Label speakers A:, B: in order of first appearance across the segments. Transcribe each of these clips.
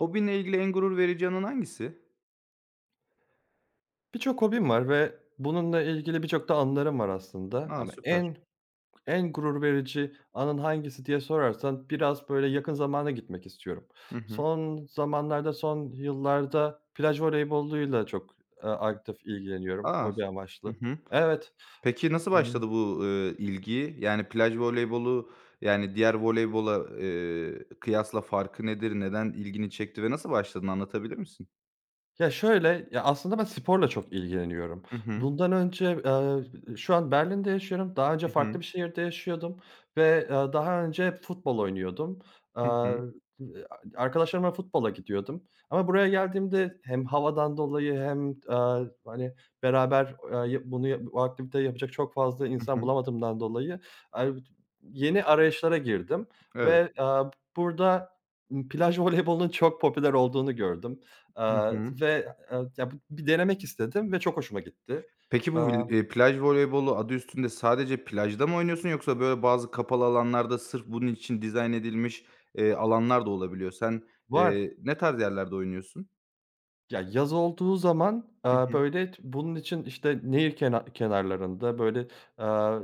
A: Hobinle ilgili en gurur verici anın hangisi?
B: Birçok hobim var ve bununla ilgili birçok da anılarım var aslında
A: A,
B: ama
A: süper.
B: en gurur verici anın hangisi diye sorarsan biraz, böyle, yakın zamana gitmek istiyorum.
A: Hı hı.
B: Son zamanlarda, son yıllarda plaj voleyboluyla çok, aktif ilgileniyorum
A: A!
B: hobi
A: Hı
B: amaçlı.
A: hı.
B: Evet.
A: Peki nasıl başladı bu, ilgi? Yani plaj voleybolu, yani diğer voleybola, kıyasla farkı nedir? Neden ilgini çekti ve nasıl başladın? Anlatabilir misin?
B: Aslında ben sporla çok ilgileniyorum.
A: Hı hı.
B: Bundan önce, şu an Berlin'de yaşıyorum. Daha önce
A: Hı hı.
B: farklı bir şehirde yaşıyordum ve, daha önce hep futbol oynuyordum. Eee,
A: Hı hı.
B: arkadaşlarımla futbola gidiyordum ama buraya geldiğimde hem havadan dolayı hem, hani, beraber, ya bunu ya bu aktiviteyi yapacak çok fazla
A: Hı
B: insan
A: hı.
B: bulamadığımdan dolayı, eee, yeni arayışlara girdim
A: Evet.
B: ve, burada, plaj voleybolunun çok popüler olduğunu gördüm.
A: Hı
B: Eee,
A: hı.
B: ve, ya, bir denemek istedim ve çok hoşuma gitti.
A: Peki
B: Eee,
A: bu vil plaj voleybolu adı üstünde sadece plajda mı oynuyorsun yoksa böyle bazı kapalı alanlarda sırf bunun için dizayn edilmiş, alanlar da olabiliyor? Sen,
B: Var.
A: ne tarz yerlerde oynuyorsun?
B: Yaz olduğu zaman,
A: Hı hı.
B: böyle, bunun için, işte, nehir kenarlarında, böyle, eee,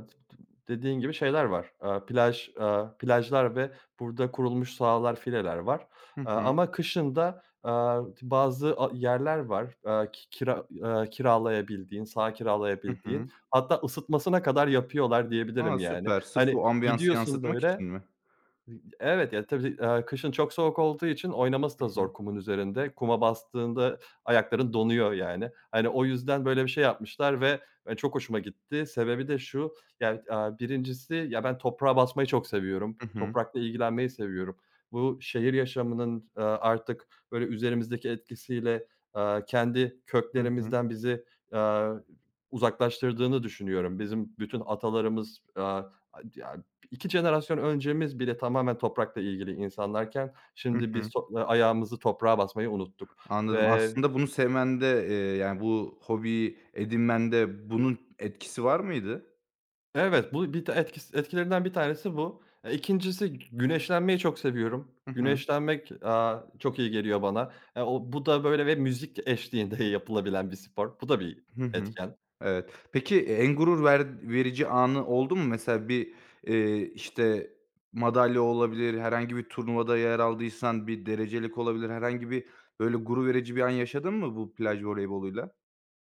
B: dediğin gibi şeyler var. Plaj, plajlar ve burada kurulmuş sahalar, fileler var.
A: Hı hı.
B: Ama kışın da, bazı yerler var. Ki kira kiralayabildiğin, saha
A: Hı
B: kiralayabildiğin,
A: hı.
B: hatta ısıtmasına kadar yapıyorlar diyebilirim
A: A,
B: yani.
A: süper. Sırf
B: Hani,
A: o ambiyansı
B: gidiyorsun
A: yansıtmak
B: böyle...
A: için mi?
B: Evet, ya, tabii, kışın çok soğuk olduğu için oynaması
A: Hı
B: da
A: hı.
B: zor kumun üzerinde. Kuma bastığında ayakların donuyor yani. Hani, o yüzden böyle bir şey yapmışlar ve, çok hoşuma gitti. Sebebi de şu, ya, 1'incisi, ya, ben toprağa basmayı çok seviyorum.
A: Hı hı.
B: Toprakla ilgilenmeyi seviyorum. Bu şehir yaşamının, artık böyle üzerimizdeki etkisiyle, kendi
A: Hı hı.
B: köklerimizden bizi, eee, uzaklaştırdığını düşünüyorum. Bizim bütün atalarımız, aaa, 2 jenerasyon öncemiz bile tamamen toprakla ilgili insanlarken
A: Hı
B: şimdi biz
A: hı.
B: to ayağımızı toprağa basmayı unuttuk
A: Anladım.
B: ve...
A: Aslında bunu sevmende, yani, bu hobiyi edinmende bunun etkisi var mıydı?
B: Evet, bu bir ta etkis etkilerinden bir tanesi bu. 2'ncisi, güneşlenmeyi çok seviyorum.
A: Hı hı.
B: Güneşlenmek, çok iyi geliyor bana. O Bu da böyle ve müzik eşliğinde yapılabilen bir spor. Bu da bir
A: Hı hı.
B: etken.
A: Evet. Peki, en gurur verici anı oldu mu? Mesela bir, işte, madalya olabilir, herhangi bir turnuvada yer aldıysan bir derecelik olabilir, herhangi bir, böyle, gurur verici bir an yaşadın mı bu plaj voleyboluyla?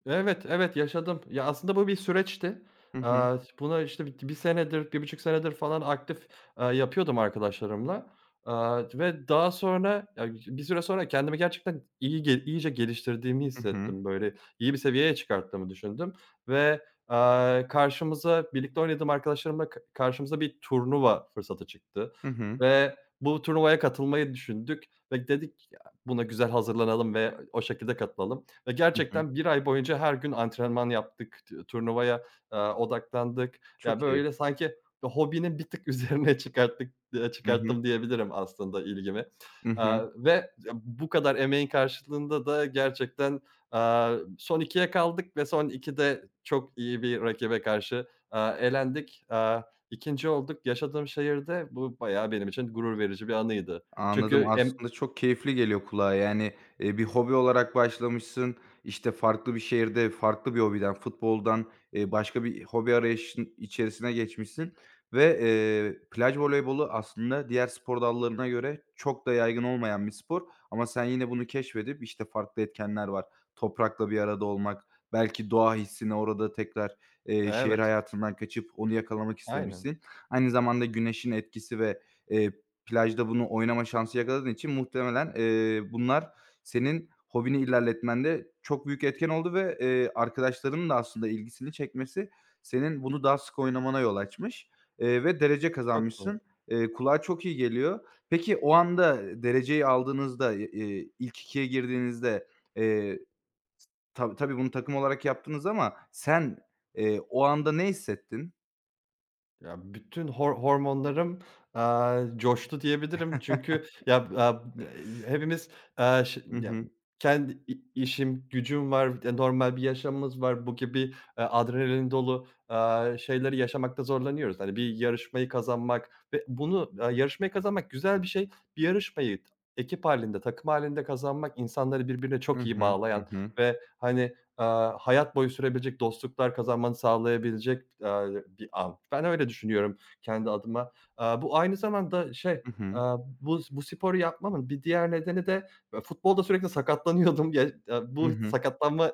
B: Evet, evet yaşadım. Ya, aslında bu bir süreçti.
A: Hı hı.
B: Buna, işte, bir senedir, bir buçuk senedir falan aktif, yapıyordum arkadaşlarımla. Ve daha sonra, ya, bir süre sonra kendimi gerçekten iyi iyice geliştirdiğimi
A: Hı hı.
B: hissettim. Böyle iyi bir seviyeye çıkarttığımı düşündüm ve, karşımıza birlikte oynadığım arkadaşlarımla karşımıza bir turnuva fırsatı çıktı
A: Hı hı.
B: ve bu turnuvaya katılmayı düşündük ve dedik, "Ya, buna güzel hazırlanalım ve o şekilde katılalım." Ya,
A: Hı hı.
B: gerçekten bir ay boyunca her gün antrenman yaptık, turnuvaya, odaklandık. Ya,
A: Çok iyi.
B: böyle sanki hobinin bir tık üzerine çıkarttık, e,
A: Hı hı.
B: çıkarttım diyebilirim aslında ilgimi.
A: Hı hı.
B: Ve bu kadar emeğin karşılığında da gerçekten, eee, son ikiye kaldık ve son 2'de çok iyi bir rakibe karşı, elendik. 2'nci olduk. Yaşadığım şehirde bu bayağı benim için gurur verici bir anıydı.
A: Anladım.
B: Çünkü em...
A: Aslında çok keyifli geliyor kulağa. Yani, bir hobi olarak başlamışsın. İşte farklı bir şehirde, farklı bir hobiden, futboldan, başka bir hobi arayışın içerisine geçmişsin ve, plaj voleybolu aslında diğer spor dallarına göre çok da yaygın olmayan bir spor ama sen yine bunu keşfedip, işte, farklı etkenler var. Toprakla bir arada olmak, belki doğa hissini orada tekrar, şehir
B: Evet,
A: hayatından kaçıp onu yakalamak
B: aynen.
A: istemişsin. Aynı zamanda güneşin etkisi ve, eee, plajda bunu oynama şansı yakaladığın için muhtemelen, bunlar senin hobini ilerletmende çok büyük etken oldu ve, arkadaşlarının da aslında ilgisini çekmesi senin bunu daha sık oynamana yol açmış, ve derece
B: Çok doğru.
A: kazanmışsın. Kulağa çok iyi geliyor. Peki o anda dereceyi aldığınızda, ilk ikiye girdiğinizde, eee, tabii bunu takım olarak yaptınız ama sen, o anda ne hissettin?
B: Ya, bütün hormonlarım, coştu diyebilirim. Çünkü ya, hepimiz, aaa, ş
A: Hı
B: ya,
A: hı.
B: kendi işim, gücüm var, normal bir yaşamımız var. Bu gibi, adrenalin dolu, şeyleri yaşamakta zorlanıyoruz. Hani, bir yarışmayı kazanmak ve bunu, yarışmayı kazanmak güzel bir şey. Bir yarışmayı ekip hâlinde, takım hâlinde kazanmak insanları birbirine
A: Hı
B: çok iyi
A: hı. Hı
B: bağlayan
A: hı.
B: ve, hani, hayat boyu sürebilecek dostluklar kazanmanı sağlayabilecek, bir an. Ben öyle düşünüyorum kendi adıma. Bu aynı zamanda şey,
A: Hı hı.
B: aaa, bu bu sporu yapmamın bir diğer nedeni de, futbolda sürekli sakatlanıyordum. Ya,
A: Hı
B: bu
A: hı.
B: sakatlanma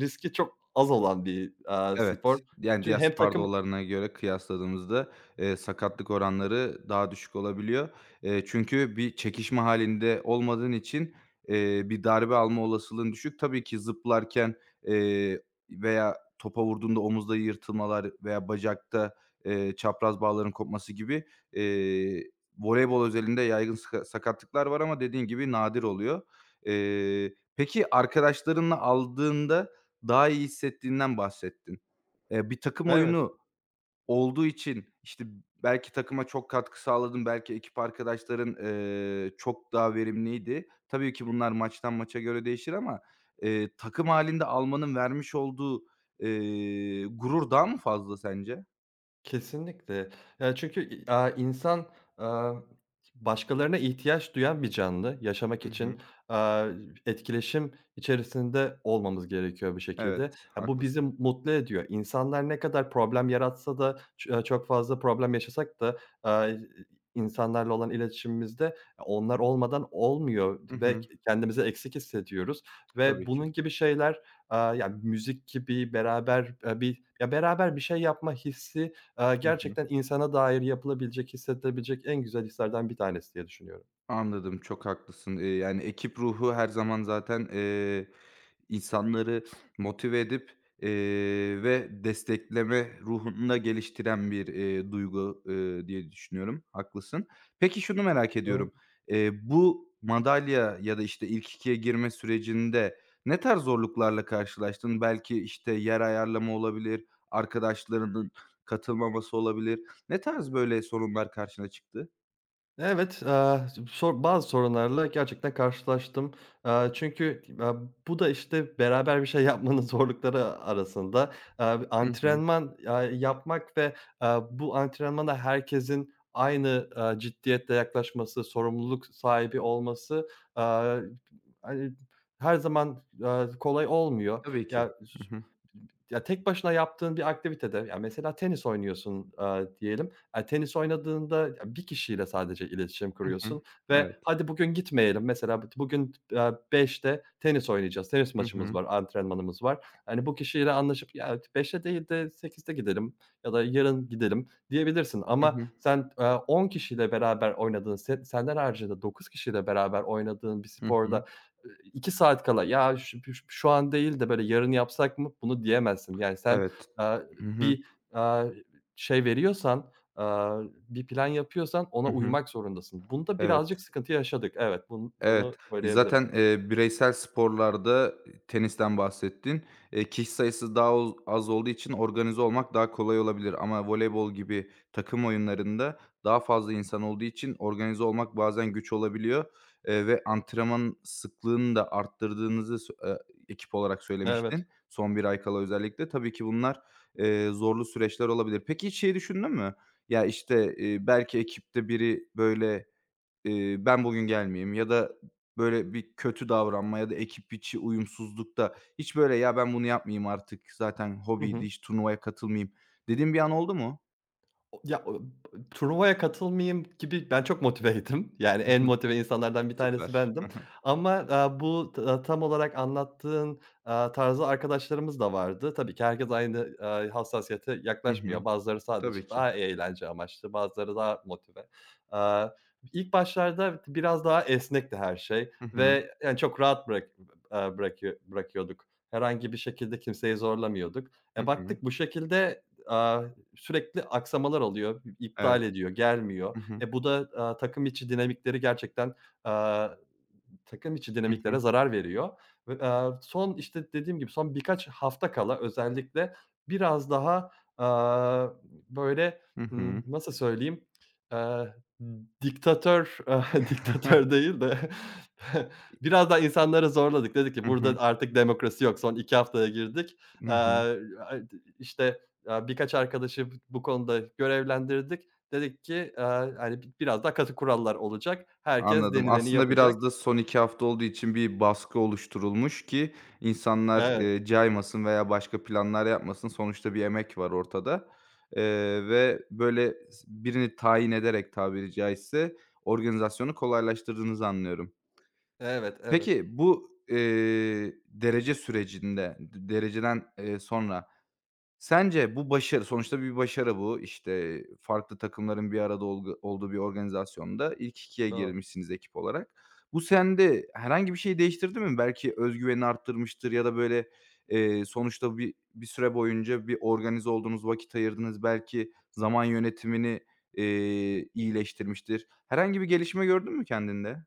B: riski çok az olan bir, spor.
A: Evet, yani,
B: Çünkü
A: diğer
B: hem
A: spor
B: takım...
A: dallarına göre kıyasladığımızda, sakatlık oranları daha düşük olabiliyor. Çünkü bir çekişme hâlinde olmadığın için, bir darbe alma olasılığın düşük. Tabii ki zıplarken, eee, veya topa vurduğunda omuzda yırtılmalar veya bacakta, çapraz bağların kopması gibi, eee, voleybol özelinde yaygın sakatlıklar var ama dediğin gibi nadir oluyor. Peki arkadaşlarınla aldığında daha iyi hissettiğinden bahsettin. Bir takım
B: Evet.
A: oyunu olduğu için, işte, belki takıma çok katkı sağladın, belki ekip arkadaşların, çok daha verimliydi. Tabii ki bunlar maçtan maça göre değişir ama, takım halinde almanın vermiş olduğu, gurur daha mı fazla sence?
B: Kesinlikle. Ya, çünkü, insan, aaa, başkalarına ihtiyaç duyan bir canlı. Yaşamak
A: Hı
B: için,
A: hı.
B: aaa, etkileşim içerisinde olmamız gerekiyor bir şekilde.
A: Evet,
B: Ya, bu bizi
A: haklısın.
B: mutlu ediyor. İnsanlar ne kadar problem yaratsa da ç çok fazla problem yaşasak da, aaa, insanlarla olan iletişimimizde onlar olmadan olmuyor
A: Hı
B: ve
A: hı.
B: kendimizi eksik hissediyoruz ve
A: Tabii ki.
B: bunun gibi şeyler, ya, müzik gibi beraber, beraber bir şey yapma hissi... Eee,
A: Hı hı.
B: gerçekten insana dair yapılabilecek, hissedilebilecek en güzel hislerden bir tanesi diye düşünüyorum.
A: Anladım, çok haklısın. Yani ekip ruhu her zaman zaten, insanları motive edip, eee, ve destekleme ruhunu da geliştiren bir, duygu, diye düşünüyorum. Haklısın. Peki şunu merak ediyorum. Bu madalya ya da, işte, ilk ikiye girme sürecinde ne tarz zorluklarla karşılaştın? Belki, işte, yer ayarlama olabilir, arkadaşlarının katılmaması olabilir. Ne tarz böyle sorunlar karşına çıktı?
B: Evet, sor bazı sorunlarla gerçekten karşılaştım. Çünkü, bu da, işte, beraber bir şey yapmanın zorlukları arasında, eee,
A: Hı hı.
B: antrenman, yapmak ve, bu antrenmana herkesin aynı, ciddiyetle yaklaşması, sorumluluk sahibi olması, aaa, hani, her zaman, kolay olmuyor.
A: Tabii
B: Ya,
A: ki. Hı hı.
B: tek başına yaptığın bir aktivitede, ya, mesela tenis oynuyorsun, diyelim. Tenis oynadığında bir kişiyle sadece iletişim
A: Hı hı.
B: kuruyorsun ve
A: Evet.
B: "Hadi bugün gitmeyelim." Mesela bu bugün, 5'te tenis oynayacağız, tenis
A: Hı
B: maçımız
A: hı.
B: var, antrenmanımız var. Hani, bu kişiyle anlaşıp, "Ya 5'te değil de 8'te gidelim ya da yarın gidelim." diyebilirsin
A: Hı
B: ama
A: hı.
B: sen, 10 kişiyle beraber oynadığın, senden haricinde 9 kişiyle beraber oynadığın bir
A: Hı hı.
B: sporda, 2 saat kala, "Ya ş ş şu an değil de böyle yarın yapsak mı?" bunu diyemezsin. Yani sen,
A: Evet.
B: eee,
A: Hı hı.
B: bir, eee, şey veriyorsan, Aaa, bir plan yapıyorsan ona
A: Hı hı.
B: uymak zorundasın. Bunda
A: Evet.
B: birazcık sıkıntı yaşadık. Evet, bunu
A: Evet.
B: söyleyebilirim.
A: Zaten, bireysel sporlarda tenisten bahsettin. Kişi sayısı daha az olduğu için organize olmak daha kolay olabilir ama voleybol gibi takım oyunlarında daha fazla insan olduğu için organize olmak bazen güç olabiliyor, ve antrenman sıklığını da arttırdığınızı sö ekip olarak
B: Evet.
A: söylemiştin. Son bir ay kala özellikle. Tabii ki bunlar, zorlu süreçler olabilir. Peki hiç şeyi düşündün mü? Ya, işte, belki ekipte biri, böyle, ben bugün gelmeyeyim ya da böyle bir kötü davranma ya da ekip içi uyumsuzlukta hiç böyle ya ben bunu yapmayayım artık zaten
B: Hı
A: hobiydi
B: hı.
A: hiç turnuvaya katılmayayım dediğin bir an oldu mu?
B: O turnuvaya katılmayayım gibi ben çok motiveydim. Yani
A: Hı
B: en
A: hı.
B: motive insanlardan bir tanesi
A: Süper.
B: bendim ama, bu tam olarak anlattığın, tarzda arkadaşlarımız da vardı. Tabii ki herkes aynı, hassasiyete
A: Hı
B: yaklaşmıyor.
A: hı.
B: Bazıları
A: Tabii
B: sadece
A: ki.
B: daha eğlence amaçlı, bazıları daha motive. Aaa, ilk başlarda biraz daha esnekti her şey
A: Hı hı.
B: ve yani çok rahat bırak aaa, bırakıyor bırakıyorduk. Herhangi bir şekilde kimseyi zorlamıyorduk.
A: Hı
B: E,
A: hı.
B: baktık bu şekilde, sürekli aksamalar oluyor, iptal
A: Evet.
B: ediyor, gelmiyor. Bu da, takım içi dinamikleri gerçekten, aaa, takım içi
A: Hı
B: dinamiklere
A: hı.
B: zarar veriyor ve, son, işte, dediğim gibi son birkaç hafta kala özellikle biraz daha, aaa, böyle,
A: Hı hı. Hı hı.
B: nasıl söyleyeyim, eee, diktatör, diktatör değil de, biraz daha insanları zorladık. Dedik ki
A: Hı hı.
B: burada artık demokrasi yok. Son 2 haftaya girdik.
A: Hı hı.
B: Eee, işte, birkaç arkadaşı bu konuda görevlendirdik. Dedik ki, hani, biraz daha katı kurallar olacak. Herkes
A: Anladım.
B: denileni
A: Aslında
B: yapacak.
A: biraz da son 2 hafta olduğu için bir baskı oluşturulmuş ki insanlar,
B: Evet.
A: caymasın veya başka planlar yapmasın. Sonuçta bir emek var ortada, ve böyle birini tayin ederek tabiri caizse organizasyonu kolaylaştırdığınızı anlıyorum.
B: Evet, evet.
A: Peki bu, derece sürecinde, dereceden, sonra sence bu başarı, sonuçta bir başarı bu. İşte farklı takımların bir arada olgu olduğu bir organizasyonda ilk ikiye
B: Doğru.
A: girmişsiniz ekip olarak. Bu sende herhangi bir şey değiştirdi mi? Belki özgüveni arttırmıştır ya da böyle, sonuçta bir süre boyunca bir organize oldunuz, vakit ayırdınız. Belki zaman yönetimini, iyileştirmiştir. Herhangi bir gelişme gördün mü kendinde?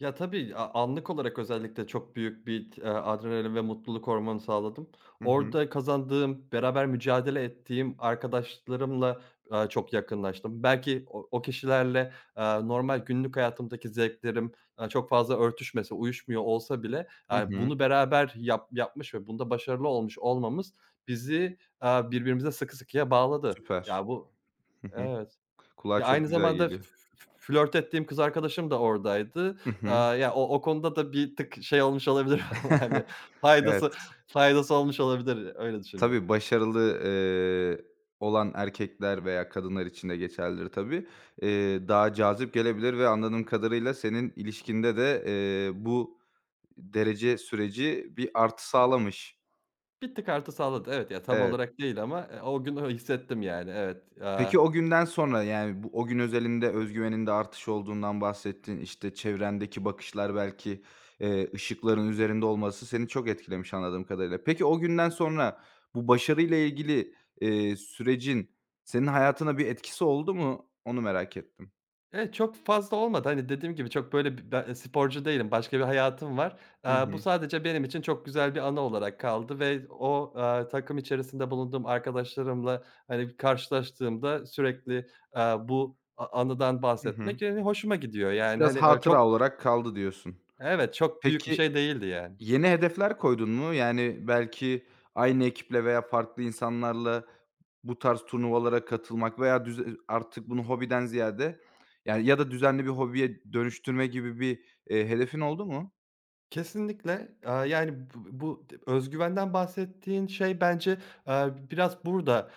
B: Ya, tabii, anlık olarak özellikle çok büyük bir, adrenalin ve mutluluk hormonu sağladım.
A: Hı hı.
B: Orada kazandığım, beraber mücadele ettiğim arkadaşlarımla, çok yakınlaştım. Belki o kişilerle, normal günlük hayatımdaki zevklerim, çok fazla örtüşmese, uyuşmuyor olsa bile,
A: Hı hı.
B: bunu beraber yapmış ve bunda başarılı olmuş olmamız bizi, birbirimize sıkı sıkıya bağladı.
A: Süper.
B: Ya, bu...
A: Hı hı.
B: Evet.
A: Kulağa
B: Ya,
A: çok
B: aynı
A: güzel
B: zamanda f f
A: geliyor.
B: f flört ettiğim kız arkadaşım da oradaydı.
A: Hı hı.
B: Ya, o konuda da bir tık şey olmuş olabilir, hani faydası
A: Evet.
B: faydası olmuş olabilir, öyle düşünüyorum.
A: Tabii, başarılı, olan erkekler veya kadınlar için de geçerlidir tabii. Daha cazip gelebilir ve anladığım kadarıyla senin ilişkinde de, bu derece süreci bir artı sağlamış.
B: Bir tık artı sağladı. Evet, ya, tam
A: Evet.
B: olarak değil ama, o gün o hissettim yani, evet.
A: Peki o günden sonra, yani, bu o gün özelinde özgüveninde artış olduğundan bahsettin. İşte, çevrendeki bakışlar belki, ışıkların üzerinde olması seni çok etkilemiş anladığım kadarıyla. Peki o günden sonra bu başarıyla ilgili, sürecin senin hayatına bir etkisi oldu mu? Onu merak ettim.
B: Evet, çok fazla olmadı. Hani, dediğim gibi çok böyle ben, sporcu değilim. Başka bir hayatım var.
A: Hı
B: Bu
A: hı.
B: sadece benim için çok güzel bir anı olarak kaldı ve o, takım içerisinde bulunduğum arkadaşlarımla, hani, karşılaştığımda sürekli, bu anıdan
A: Hı hı.
B: bahsetmek, yani, hoşuma gidiyor. Yani,
A: Biraz
B: hani, öyle çok...
A: hatıra olarak kaldı diyorsun.
B: Evet, çok büyük bir şey
A: Peki
B: değildi yani.
A: yeni hedefler koydun mu? Yani, belki aynı ekiple veya farklı insanlarla bu tarz turnuvalara katılmak veya artık bunu hobiden ziyade, yani, ya da düzenli bir hobiye dönüştürme gibi bir, hedefin oldu mu?
B: Kesinlikle. Yani, bu bu d bahsettiğin şey bence, biraz burada,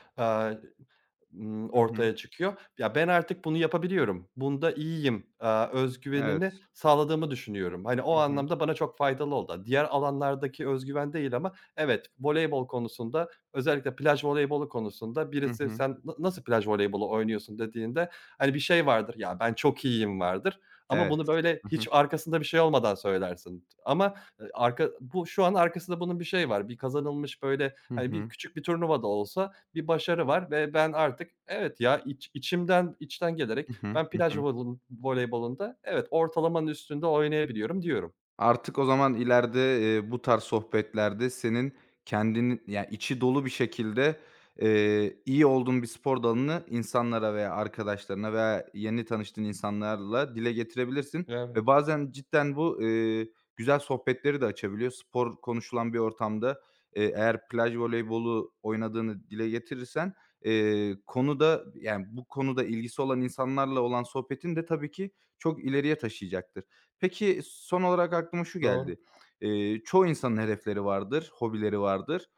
A: Hı hı.
B: Ortaya çıkıyor. Ya, ben artık bunu yapabiliyorum, bunda iyiyim, öz güvenini
A: Evet.
B: sağladığımı düşünüyorum. Hani, o
A: Hı hı.
B: anlamda bana çok faydalı oldu. Diğer alanlardaki öz güven değil ama evet, voleybol konusunda, özellikle plaj voleybolu konusunda
A: Hı
B: birisi,
A: hı.
B: "Sen nasıl plaj voleybolu oynuyorsun?" dediğinde, hani, bir şey vardır, "Ya, ben çok iyiyim." vardır ama bunu,
A: Evet.
B: böyle,
A: Hı
B: hiç
A: hı.
B: arkasında bir şey olmadan söylersin ama, arka bu şu an arkasında bunun bir şeyi var. Bir kazanılmış, böyle,
A: Hı
B: hani, bir
A: hı.
B: küçük bir turnuva da olsa bir başarı var ve ben artık evet, ya içimden, içten gelerek
A: Hı hı.
B: ben
A: Hı
B: plaj
A: hı.
B: voleybolunda evet ortalamanın üstünde oynayabiliyorum diyorum.
A: Artık o zaman ileride, bu tarz sohbetlerde senin kendini yani içi dolu bir şekilde, iyi olduğun bir spor dalını insanlara veya arkadaşlarına veya yeni tanıştığın insanlarla dile getirebilirsin
B: Evet,
A: ve bazen cidden bu, güzel sohbetleri de açabiliyor. Spor konuşulan bir ortamda, eğer plaj voleybolu oynadığını dile getirirsen, konu da yani bu konuda ilgisi olan insanlarla olan sohbetin de tabii ki çok ileriye taşıyacaktır. Peki, son olarak aklıma şu
B: doğru.
A: geldi. Çoğu insanın hedefleri vardır, hobileri vardır.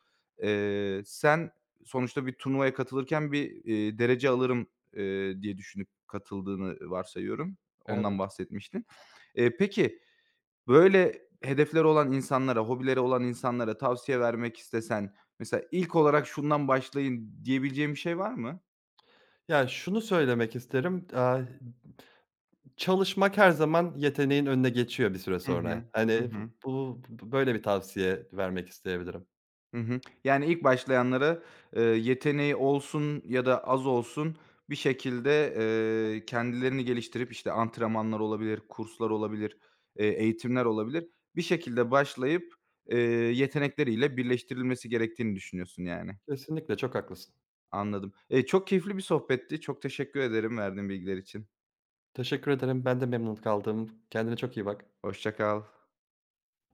A: Sen sonuçta bir turnuvaya katılırken bir, derece alırım, diye düşünüp katıldığını varsayıyorum. Ondan
B: Evet.
A: bahsetmiştin. Peki, böyle hedefleri olan insanlara, hobileri olan insanlara tavsiye vermek istesen mesela ilk olarak şundan başlayın diyebileceğim bir şey var mı?
B: Ya şunu söylemek isterim, çalışmak her zaman yeteneğin önüne geçiyor bir süre
A: Hı
B: sonra.
A: hı. Hı
B: Hani
A: hı.
B: böyle bir tavsiye vermek isteyebilirim.
A: Hı hı. Yani ilk başlayanlara, yeteneği olsun ya da az olsun bir şekilde, kendilerini geliştirip, işte, antrenmanlar olabilir, kurslar olabilir, eğitimler olabilir. Bir şekilde başlayıp, eee, yetenekleriyle birleştirilmesi gerektiğini düşünüyorsun yani.
B: Kesinlikle çok haklısın.
A: Anladım. Çok keyifli bir sohbetti. Çok teşekkür ederim verdiğin bilgiler için.
B: Teşekkür ederim. Ben de memnun kaldım. Kendine çok iyi bak.
A: Hoşça kal.